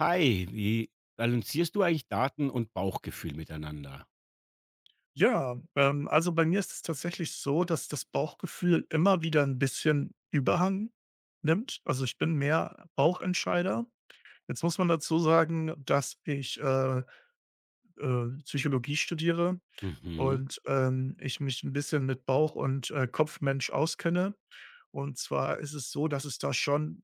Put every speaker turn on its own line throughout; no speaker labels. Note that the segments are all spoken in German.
Hi, wie balancierst du eigentlich Daten und Bauchgefühl miteinander?
Ja, also, bei mir ist es tatsächlich so, dass das Bauchgefühl immer wieder ein bisschen Überhang nimmt. Also, ich bin mehr Bauchentscheider. Jetzt muss man dazu sagen, dass ich Psychologie studiere
Mhm,
und, ich mich ein bisschen mit Bauch und, Kopfmensch auskenne. Und zwar ist es so, dass es da schon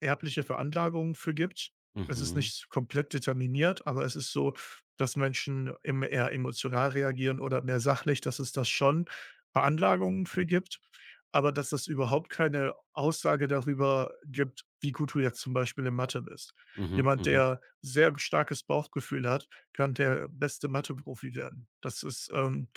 erbliche Veranlagung für gibt. Es ist
mhm,
nicht komplett determiniert, aber es ist so, dass Menschen im eher emotional reagieren oder mehr sachlich, dass es das schon Veranlagungen für gibt, aber dass das überhaupt keine Aussage darüber gibt, wie gut du jetzt zum Beispiel in Mathe bist.
mhm,
Jemand,
mhm.
der sehr starkes Bauchgefühl hat, kann der beste Mathe-Profi werden. Das ist,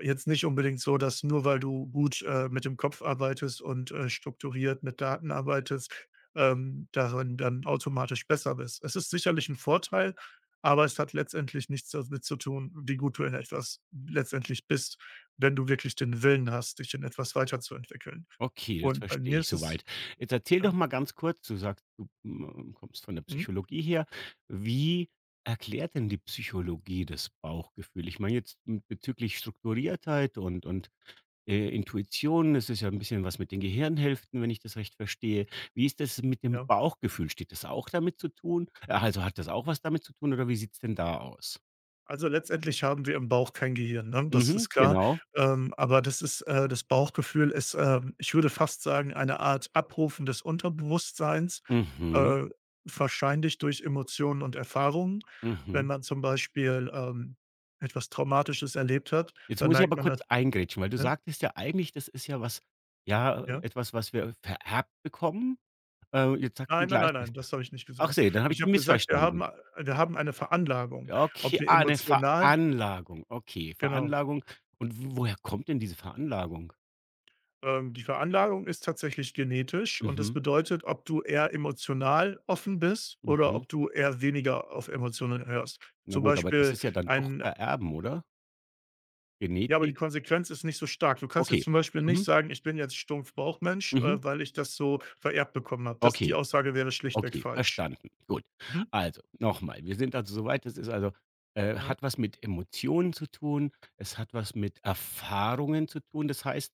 jetzt nicht unbedingt so, dass nur weil du gut, mit dem Kopf arbeitest und, strukturiert mit Daten arbeitest, darin dann automatisch besser bist. Es ist sicherlich ein Vorteil, aber es hat letztendlich nichts damit zu tun, wie gut du in etwas letztendlich bist, wenn du wirklich den Willen hast, dich in etwas weiterzuentwickeln.
Okay, das
Und bei
verstehe
mir
ich
ist es
soweit. Jetzt erzähl
ja,
doch mal ganz kurz, du sagst, du kommst von der
mhm,
Psychologie her. Wie erklärt denn die Psychologie das Bauchgefühl? Ich meine jetzt bezüglich Strukturiertheit und Intuition. Es ist ja ein bisschen was mit den Gehirnhälften, wenn ich das recht verstehe. Wie ist das mit dem
ja.
Bauchgefühl? Steht das auch damit zu tun? Also hat das auch was damit zu tun oder wie sieht es denn da aus?
Also, letztendlich haben wir im Bauch kein Gehirn, ne? Das ist
Mhm,
klar.
genau.
Aber das ist das Bauchgefühl ist, ich würde fast sagen, eine Art Abrufen des Unterbewusstseins,
Mhm,
äh, wahrscheinlich durch Emotionen und Erfahrungen. Wenn
mhm.
man zum Beispiel, etwas Traumatisches erlebt hat,
Jetzt
dann
muss ich
neigt
aber
man da,
kurz eingrätschen, weil du
ne?
sagtest ja eigentlich, das ist ja was, ja,
Ja?
etwas, was wir vererbt bekommen. Jetzt sagst du
Nein, nein,
gleich,
nein, nein, das habe ich nicht
ach
gesagt.
sehe, dann habe ich
Ich
dich
habe gesagt, wir haben
missverstanden.
wir haben eine Veranlagung.
Ja.
Ob
Okay,
wir
ah, 'ne
emotional
Veranlagung. Okay,
genau.
Veranlagung. Und w woher kommt denn diese Veranlagung?
Die Veranlagung ist tatsächlich genetisch und das
Mhm,
bedeutet, ob du eher emotional offen bist oder
mhm.
ob du eher weniger auf Emotionen hörst.
Na
Zum
gut, aber das
Beispiel
ist ja dann doch
ein
Vererben, oder?
ja, aber die
Genetik?
Konsequenz ist nicht so stark. Du kannst jetzt
Okay.
zum Beispiel nicht
Mhm,
sagen, ich bin jetzt stumpf Bauchmensch,
mhm.
weil ich das so vererbt bekommen habe. Das die
Okay.
Aussage wäre schlichtweg
Okay,
falsch.
verstanden. Gut.
Mhm.
Also, nochmal, wir sind also soweit. Das ist also
Ja,
hat was mit Emotionen zu tun, es hat was mit Erfahrungen zu tun. Das heißt,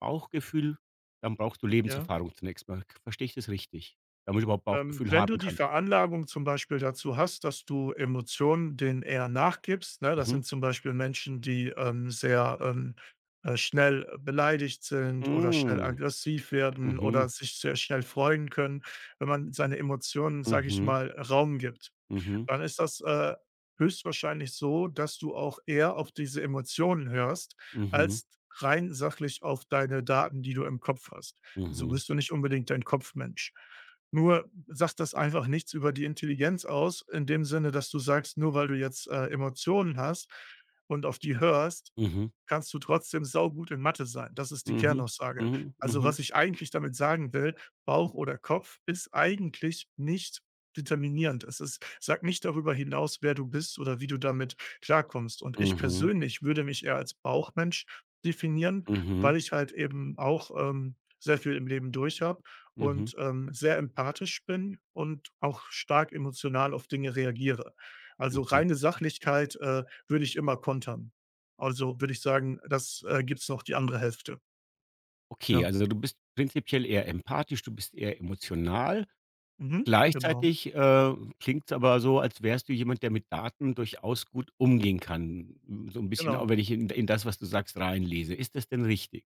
Bauchgefühl, dann brauchst du
ja.
Lebenserfahrung zunächst mal. Verstehe ich das richtig? Damit du überhaupt Bauchgefühl
Wenn du
haben
die
kannst.
Veranlagung zum Beispiel dazu hast, dass du Emotionen denen eher nachgibst, ne? Das
Mhm.
sind zum Beispiel Menschen, die, sehr, schnell beleidigt sind oder schnell
Hm.
aggressiv werden oder
Mhm.
sich sehr schnell freuen können, wenn man seine Emotionen, sage ich
Mhm.
mal, Raum gibt,
Mhm.
dann ist das, höchstwahrscheinlich so, dass du auch eher auf diese Emotionen hörst,
Mhm.
als rein sachlich auf deine Daten, die du im Kopf hast. So
Mhm.
bist du nicht unbedingt ein Kopfmensch. Nur sagt das einfach nichts über die Intelligenz aus, in dem Sinne, dass du sagst, nur weil du jetzt, Emotionen hast und auf die hörst,
Mhm.
kannst du trotzdem saugut in Mathe sein. Das ist die
Mhm.
Kernaussage.
Mhm.
Also,
Mhm.
was ich eigentlich damit sagen will, Bauch oder Kopf ist eigentlich nicht determinierend. Es ist sagt nicht darüber hinaus, wer du bist oder wie du damit klarkommst. Und ich
Mhm.
persönlich würde mich eher als Bauchmensch definieren,
Mhm.
weil ich halt eben auch, sehr viel im Leben durch habe
Mhm.
und, sehr empathisch bin und auch stark emotional auf Dinge reagiere. Also,
Mhm.
reine Sachlichkeit, würde ich immer kontern. Also, würde ich sagen, das, gibt's noch die andere Hälfte.
Okay,
Ja.
also du bist prinzipiell eher empathisch, du bist eher emotional.
Mhm. Genau,
Gleichzeitig klingt es aber so, als wärst du jemand, der mit Daten durchaus gut umgehen kann. Hm, so ein bisschen auch,
genau.
wenn ich in das, was du sagst, reinlese. Ist das denn richtig?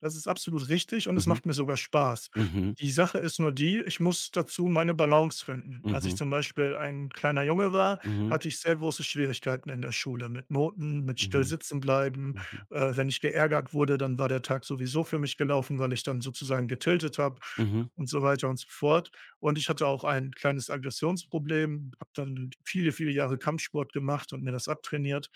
Das ist absolut richtig und es
Mhm.
macht mir sogar Spaß.
Mhm.
Die Sache ist nur die, ich muss dazu meine Balance finden. Als ich
Mhm.
zum Beispiel ein kleiner Junge war,
Mhm.
hatte ich sehr große Schwierigkeiten in der Schule mit Noten, mit
Mhm.
Stillsitzen bleiben.
Mhm.
Wenn ich geärgert wurde, dann war der Tag sowieso für mich gelaufen, weil ich dann sozusagen getiltet habe
Mhm.
und so weiter und so fort. Und ich hatte auch ein kleines Aggressionsproblem, habe dann viele, viele Jahre Kampfsport gemacht und mir das abtrainiert.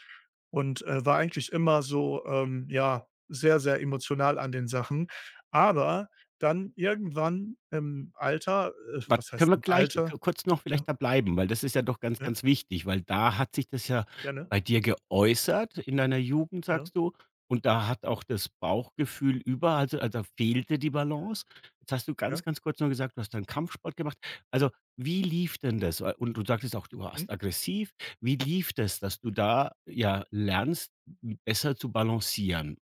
Und, war eigentlich immer so, ja, sehr, sehr emotional an den Sachen. Aber dann irgendwann im Alter
Wa
was
Können
heißt
wir
im
gleich
Alter?
kurz noch
Ja,
vielleicht da bleiben, weil das ist ja doch ganz,
ja,
ganz wichtig, weil da hat sich das ja
gerne,
bei dir geäußert in deiner Jugend,
ja,
sagst du, und da hat auch das Bauchgefühl über also, fehlte die Balance. Jetzt hast du ganz,
ja,
ganz kurz nur gesagt, du hast dann Kampfsport gemacht. Also, wie lief denn das? Und du sagtest auch, du
mhm.
warst aggressiv. Wie lief das, dass du da, ja, lernst, besser zu balancieren?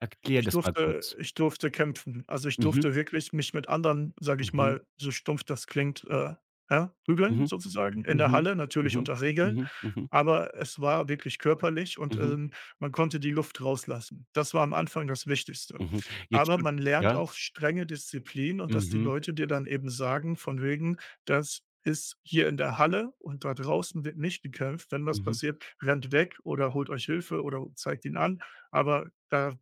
Erklär
Ich
das mal
durfte
kurz.
ich durfte kämpfen. Also, ich
Mhm.
durfte wirklich mich mit anderen, sage ich
Mhm.
mal, so stumpf das klingt, ja, prügeln
Mhm.
sozusagen in
Mhm.
der
Mhm.
Halle, natürlich
Mhm.
unter Regeln,
Mhm. Mhm.
aber es war wirklich körperlich und,
Mhm.
man konnte die Luft rauslassen. Das war am Anfang das Wichtigste.
Mhm. Jetzt
Aber
stud
man lernt
Ja?
auch strenge Disziplin und dass die
Mhm,
Leute dir dann eben sagen von wegen: „Das ist hier in der Halle und da draußen wird nicht gekämpft. Wenn was
mhm,
passiert, rennt weg oder holt euch Hilfe oder zeigt ihn an, aber da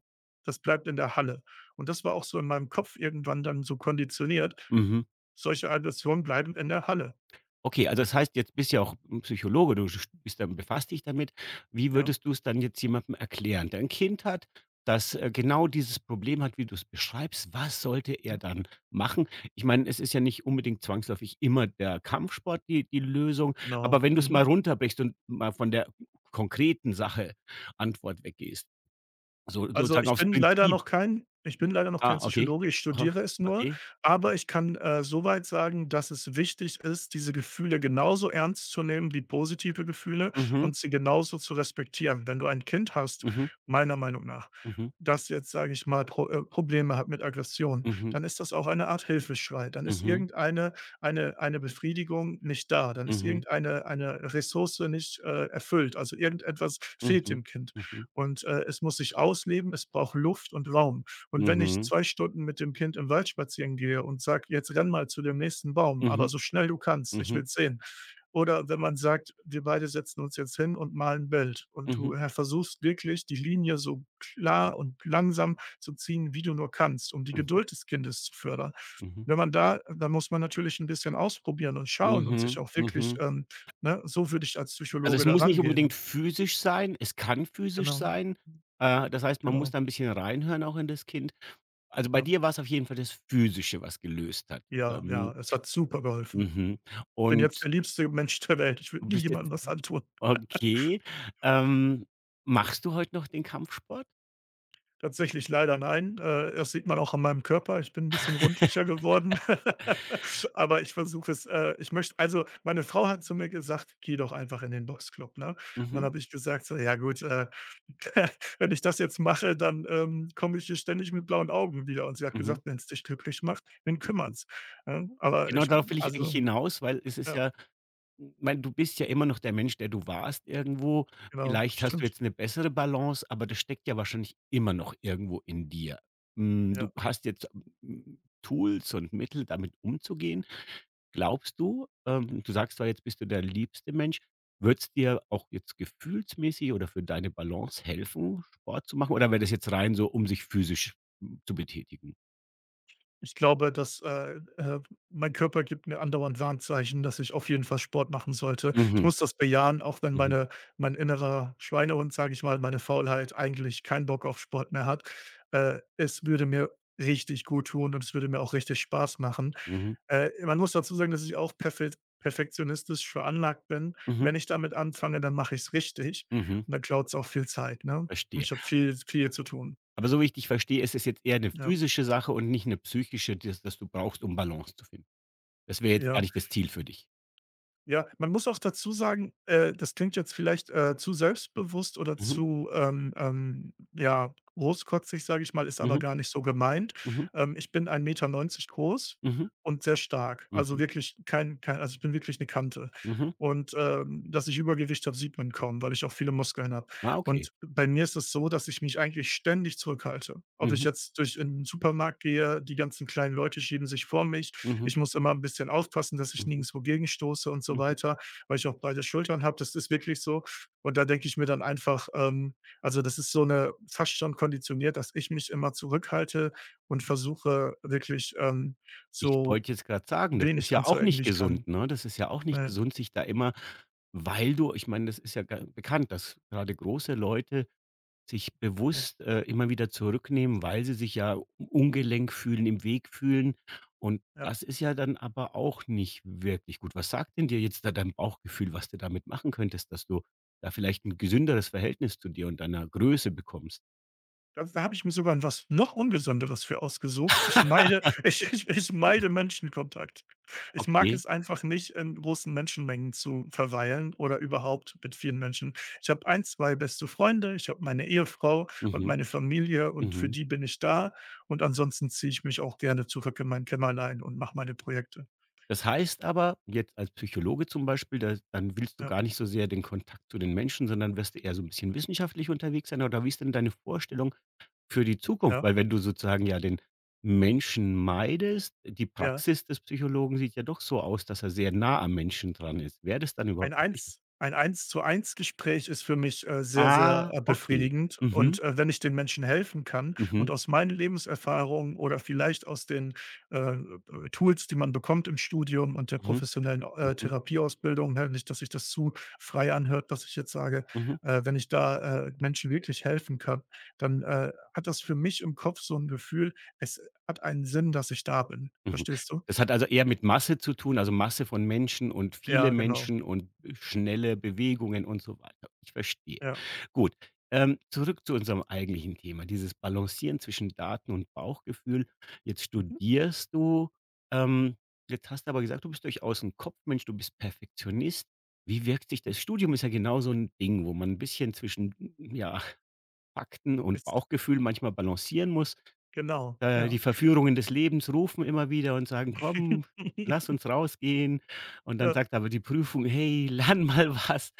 das bleibt in der Halle. Und das war auch so in meinem Kopf irgendwann dann so konditioniert.
mhm.
Solche Aggressionen bleiben in der Halle.
Okay, also das heißt, jetzt bist ja auch 'n Psychologe, du sch bist dann befasst dich damit. Wie
Ja,
würdest du's dann jetzt jemandem erklären, der 'n Kind hat, das genau dieses Problem hat, wie du's beschreibst? Was sollte
ja,
er dann machen? Ich meine, es ist ja nicht unbedingt zwangsläufig immer der Kampfsport die Lösung, aber
genau.
wenn du's
Mhm.
mal runterbrichst und mal von der konkreten Sache Antwort weggehst, so
Also,
sozusagen
ich
aufs
bin leider
Prinzip.
noch kein ich bin leider noch kein
Ah, okay.
Psychologe, ich
Aha,
studiere es nur,
okay.
aber ich kann, so sagen, dass es wichtig ist, diese Gefühle genauso ernst zu nehmen wie positive Gefühle
Mhm,
und sie genauso zu respektieren. Wenn du ein Kind hast,
mhm,
meiner Meinung nach,
mhm.
das jetzt, sage ich mal, Probleme hat mit Aggression,
Mhm,
dann ist das auch eine Art Hilfeschrei. Dann ist
mhm,
irgendeine eine Befriedigung nicht da. Dann ist
mhm,
irgendeine eine Ressource nicht, erfüllt. Also, irgendetwas fehlt
mhm,
dem Kind.
mhm,
Und, es muss sich ausleben, es braucht Luft und Raum. Und
mhm,
wenn ich
mhm,
2 Stunden mit dem Kind im Wald spazieren gehe und sage: „Jetzt renn mal zu dem nächsten Baum, aber
mhm,
so schnell du kannst, ich
mhm,
will sehen.“ Oder wenn man sagt: „Wir beide setzen uns jetzt hin und malen 'n Bild.“ Und
mhm,
du her versuchst wirklich, die Linie so klar und langsam zu ziehen, wie du nur kannst, um die
mhm,
Geduld des Kindes zu fördern. Wenn man da dann muss man natürlich ein bisschen ausprobieren und schauen und sich
mhm.
auch wirklich,
Mhm.
ne, so würde ich als
Also,
Psychologe
es
da
muss nicht unbedingt
rangehen.
physisch sein, es kann physisch
Genau,
sein. Das heißt, man muss
genau,
da ein bisschen reinhören auch in das Kind. Also, bei
ja.
dir war es auf jeden Fall das Physische, was gelöst hat.
Ja, ja,
Ähm,
es hat super geholfen.
mhm.
Bin jetzt
Und
der liebste Mensch der Welt. Ich würde
du
nie
bist
jemandem
jetzt
was antun.
okay. Ähm, machst du heute noch den Kampfsport?
Tatsächlich leider nein. Das sieht man auch an meinem Körper. Ich bin ein bisschen rundlicher geworden. Aber ich versuche es ich möchte also, meine Frau hat zu mir gesagt: „Geh doch einfach in den Boxclub“, ne? Und dann
Mhm,
habe ich gesagt so: „Ja gut, wenn ich das jetzt mache, dann, komme ich hier ständig mit blauen Augen wieder.“ Und sie hat
mhm,
gesagt: Wenn es dich glücklich macht, wen
mhm.
kümmert's?“ Ne? Aber
Genau
ich
darauf will ich eigentlich
also,
hinaus, weil es ist
ja,
ja. Mein, du bist ja immer noch der Mensch, der du warst irgendwo.
genau,
Vielleicht hast du
stimmt,
jetzt eine bessere Balance, aber das steckt ja wahrscheinlich immer noch irgendwo in dir. Hm,
ja.
du hast jetzt, Tools und Mittel, damit umzugehen. Glaubst du, du sagst zwar, jetzt bist du der liebste Mensch. Wird es dir auch jetzt gefühlsmäßig oder für deine Balance helfen, Sport zu machen? Oder wäre das jetzt rein so, um sich physisch zu betätigen?
Ich glaube, dass, mein Körper gibt mir andauernd Warnzeichen, dass ich auf jeden Fall Sport machen sollte. Ich
Mhm,
muss das bejahen, auch wenn
mhm,
meine mein innerer Schweinehund, sage ich mal, meine Faulheit eigentlich keinen Bock auf Sport mehr hat. Es würde mir richtig gut tun und es würde mir auch richtig Spaß machen.
mhm,
Man muss dazu sagen, dass ich auch perfektionistisch veranlagt bin.
mhm,
Wenn ich damit anfange, dann mache ich es richtig
mhm.
und dann klaut es auch viel Zeit, ne? Und
Verstehe.
ich habe viel zu tun.
Aber so wie ich dich verstehe, ist es jetzt eher eine
Ja,
physische Sache und nicht eine psychische, das du brauchst, um Balance zu finden. Das wäre jetzt gar
ja.
nicht das Ziel für dich.
Ja, man muss auch dazu sagen, das klingt jetzt vielleicht, zu selbstbewusst oder
Mhm,
zu, ja, großkotzig, sage ich mal, ist aber
mhm,
gar nicht so gemeint.
mhm,
Ich bin 1,90 m groß
mhm,
und sehr stark. Also
mhm,
wirklich kein also ich bin wirklich eine Kante.
mhm.
Und, dass ich Übergewicht habe, sieht man kaum, weil ich auch viele Muskeln habe.
Ah, okay.
Und bei mir ist es so, dass ich mich eigentlich ständig zurückhalte. Ob ich
Mhm,
jetzt durch in 'n Supermarkt gehe, die ganzen kleinen Leute schieben sich vor mich.
mhm,
Ich muss immer ein bisschen aufpassen, dass ich
mhm,
nirgendswo gegenstoße und so
mhm.
weiter, weil ich auch breite Schultern habe. Das ist wirklich so. Und da denke ich mir dann einfach, also, das ist so eine fast schon konditioniert, dass ich mich immer zurückhalte und versuche wirklich,
Ich
so
wollte jetzt gerade sagen, das ist
wenig
ja auch
anzuecken, wie
nicht
ich kann.
gesund, ne? Das ist ja auch nicht
Ja,
gesund, sich da immer weil du Ich meine, das ist ja ga bekannt, dass gerade große Leute sich
ja,
bewusst immer wieder zurücknehmen, weil sie sich ja ungelenk fühlen, im Weg fühlen. Und
ja.
das ist ja dann aber auch nicht wirklich gut. Was sagt denn dir jetzt da dein Bauchgefühl, was du damit machen könntest, dass du da vielleicht ein gesünderes Verhältnis zu dir und deiner Größe bekommst?
Da da habe ich mir sogar was noch Ungesonderes für ausgesucht. Ich meide ich meide Menschenkontakt. Ich mag
Okay.
es einfach nicht, in großen Menschenmengen zu verweilen oder überhaupt mit vielen Menschen. Ich habe ein, 2 beste Freunde, ich habe meine Ehefrau und
Mhm.
meine Familie und für
Mhm.
die bin ich da und ansonsten ziehe ich mich auch gerne zurück in mein Kämmerlein und mache meine Projekte.
Das heißt aber, jetzt als Psychologe zum Beispiel, da dann willst du
Ja,
gar nicht so sehr den Kontakt zu den Menschen, sondern wirst du eher so ein bisschen wissenschaftlich unterwegs sein, oder wie ist denn deine Vorstellung für die Zukunft,
ja,
weil wenn du sozusagen ja den Menschen meidest, die
ja.
Praxis des Psychologen sieht ja doch so aus, dass er sehr nah am Menschen dran ist. Wäre das dann
Ein
überhaupt noch wichtig?
Eins ein Eins-zu-eins-Gespräch ist für mich, sehr, sehr,
Ah, okay.
befriedigend und,
Mhm.
wenn ich den Menschen helfen kann
Mhm.
und aus meinen Lebenserfahrungen oder vielleicht aus den, Tools, die man bekommt im Studium und der
Mhm.
professionellen,
Mhm.
Therapieausbildung, ne, nicht, dass sich das zu frei anhört, dass ich jetzt sage.
Mhm.
Wenn ich da, Menschen wirklich helfen kann, dann, hat das für mich im Kopf so ein Gefühl, es hat einen Sinn, dass ich da bin.
Mhm.
Verstehst du?
Das hat also eher mit Masse zu tun, also Masse von Menschen und viele
Ja, genau.
Menschen und schnelle Bewegungen und so weiter. Ich verstehe.
Ja.
Gut, zurück zu unserem eigentlichen Thema, dieses Balancieren zwischen Daten und Bauchgefühl. Jetzt
Mhm.
studierst du, ähm, jetzt hast du aber gesagt, du bist durchaus ein Kopfmensch, du bist Perfektionist. Wie wirkt sich das Studium ist ja genau so ein Ding, wo man ein bisschen zwischen, ja, Fakten und
Ist
Bauchgefühl manchmal balancieren muss.
genau,
Äh,
ja.
die Verführungen des Lebens rufen immer wieder und sagen: „Komm, lass uns rausgehen.“ Und dann
Äh,
sagt aber die Prüfung: „Hey, lern mal was.“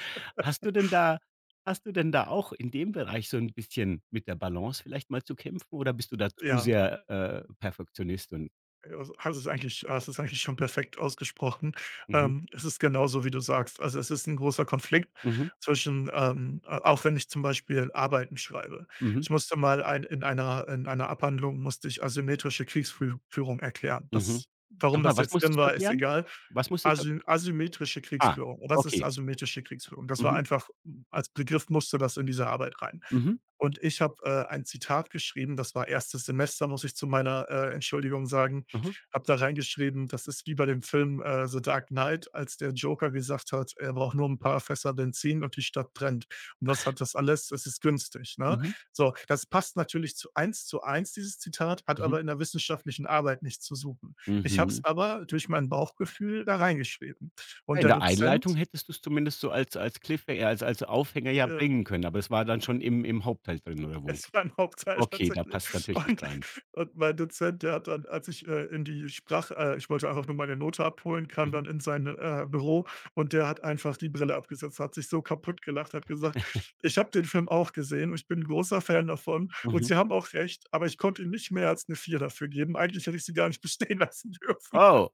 Hast du denn da hast du denn da auch in dem Bereich so 'n bisschen mit der Balance vielleicht mal zu kämpfen oder bist du da zu
ja,
sehr, Perfektionist und
also, hast es eigentlich schon perfekt ausgesprochen.
mhm,
Es ist genauso, wie du sagst. Also, es ist ein großer Konflikt
mhm,
zwischen, a auch wenn ich zum Beispiel Arbeiten schreibe.
mhm,
Ich musste mal ein in einer Abhandlung musste ich asymmetrische Kriegsführung erklären.
mhm.
Das warum
Noch
das
mal, was
jetzt drin
musstest du
war, ist
erklären?
egal.
Was musstest du erklären?
Asymmetrische
Ah,
Kriegsführung. Was ist
okay.
asymmetrische Kriegsführung? Das war
Mhm,
einfach hm, als Begriff musste das in diese Arbeit rein.
mhm,
Und ich habe, ein Zitat geschrieben, das war erstes Semester, muss ich zu meiner, Entschuldigung sagen.
aha,
Habe da reingeschrieben, das ist wie bei dem Film, The Dark Knight, als der Joker gesagt hat, er braucht nur ein paar Fässer Benzin und die Stadt brennt. Und was hat das alles? Es ist günstig, ne?
mhm,
So, das passt natürlich zu eins, dieses Zitat, hat
mhm,
aber in der wissenschaftlichen Arbeit nichts zu suchen. Ich habe es
mhm.
aber durch mein Bauchgefühl da reingeschrieben. Und
In
der
der Einleitung
Dozent,
hättest du es zumindest so als Cliffhanger, als Aufhänger ja
äh
bringen können, aber es war dann schon im Hauptteil drin oder wo?
es war ein Hauptteil
Okay, da passt's
tatsächlich.
natürlich nicht
Und
rein.
und mein Dozent, der hat dann, als ich, in die Sprach ich wollte einfach nur meine Note abholen, kam
Mhm,
dann in sein, Büro und der hat einfach die Brille abgesetzt, hat sich so kaputtgelacht, hat gesagt: „Ich habe den Film auch gesehen und ich bin 'n großer Fan davon und
mhm.
Sie haben auch recht, aber ich konnte ihm nicht mehr als eine vier dafür geben. Eigentlich hätte ich Sie gar nicht bestehen lassen dürfen.“
Oh,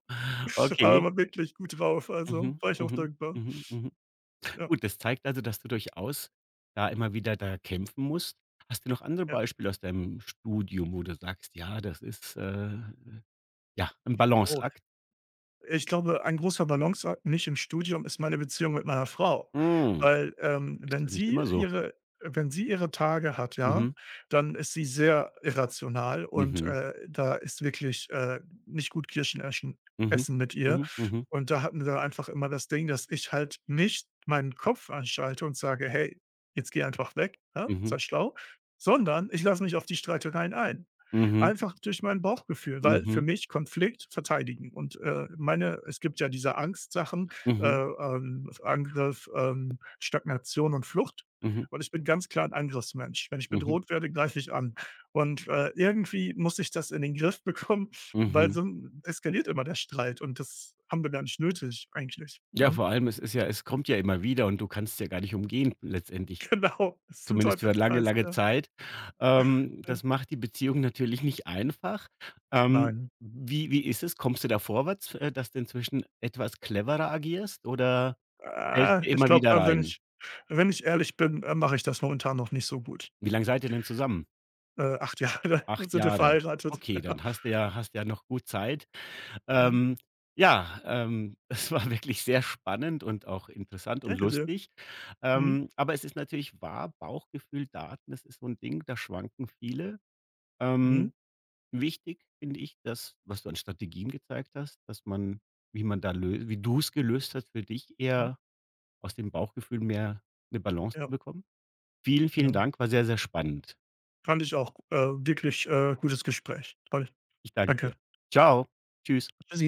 Aber
okay.
war wirklich gut drauf, also
Mhm,
war ich auch
mhm,
dankbar.
mhm, mhm.
Ja,
Gut, das zeigt also, dass du durchaus da immer wieder da kämpfen musst. Hast du noch andere
ja.
Beispiele aus deinem Studium, wo du sagst: „Ja, das ist, ja, 'n
Oh,
Balanceakt?“
ich glaube, ein großer Balanceakt nicht im Studium ist meine Beziehung mit meiner Frau,
Hm,
weil,
ist
wenn
das nicht
sie
immer so?
ihre wenn sie ihre Tage hat, ja,
Mhm,
dann ist sie sehr irrational und,
mhm,
da ist wirklich, nicht gut Kirschen
mhm,
essen mit ihr.
mhm, mhm,
Und da hatten wir einfach immer das Ding, dass ich halt nicht meinen Kopf anschalte und sage: „Hey, jetzt geh einfach weg, ne?
mhm,
Sei schlau“, sondern ich lasse mich auf die Streitereien ein.
mhm,
Einfach durch mein Bauchgefühl,
mhm,
weil für
mhm,
mich Konflikt verteidigen und, meine es gibt ja diese Angstsachen,
mhm.
Angriff, Stagnation und Flucht.
Mhm,
Und ich bin ganz klar ein Angriffsmensch. Wenn ich
mhm,
bedroht werde, greife ich an. Und, irgendwie muss ich das in den Griff bekommen, weil
mhm.
so eskaliert immer der Streit und das haben wir gar nicht nötig eigentlich,
Ja,
ne?
vor allem, es kommt ja immer wieder und du kannst's ja gar nicht umgehen letztendlich,
Genau, das ist 'n
zumindest für lange,
Teufelskreis,
lange
ja,
Zeit. Ähm,
ja.
das macht die Beziehung natürlich nicht einfach. Ähm,
Nein.
wie ist es? Kommst du da vorwärts, dass du inzwischen etwas cleverer agierst oder fällst
Ah,
du
ich
immer
glaube,
wieder
wenn
rein?
ich wenn ich ehrlich bin, mache ich das momentan noch nicht so gut.
Wie lange seid ihr denn zusammen?
8 Jahre
8
sind wir
Jahre.
verheiratet.
Okay,
Ja.
dann hast ja noch gut Zeit.
Mhm.
Ähm, ja, es war wirklich sehr spannend und auch interessant und
Danke dir.
lustig.
Mhm,
Aber es ist natürlich wahr, Bauchgefühl, Daten, das ist so ein Ding, da schwanken viele.
mhm,
Ähm, wichtig finde ich, dass was du an Strategien gezeigt hast, dass man wie man da löst, wie du es gelöst hast für dich,
mhm.
eher aus dem Bauchgefühl mehr eine Balance zu
Ja,
bekommen. Vielen, vielen
genau.
Dank, war sehr, sehr spannend.
Fand ich auch, wirklich, gutes Gespräch. Toll.
Ich danke
Danke.
dir. Ciao, Tschüss.
Tschüssi.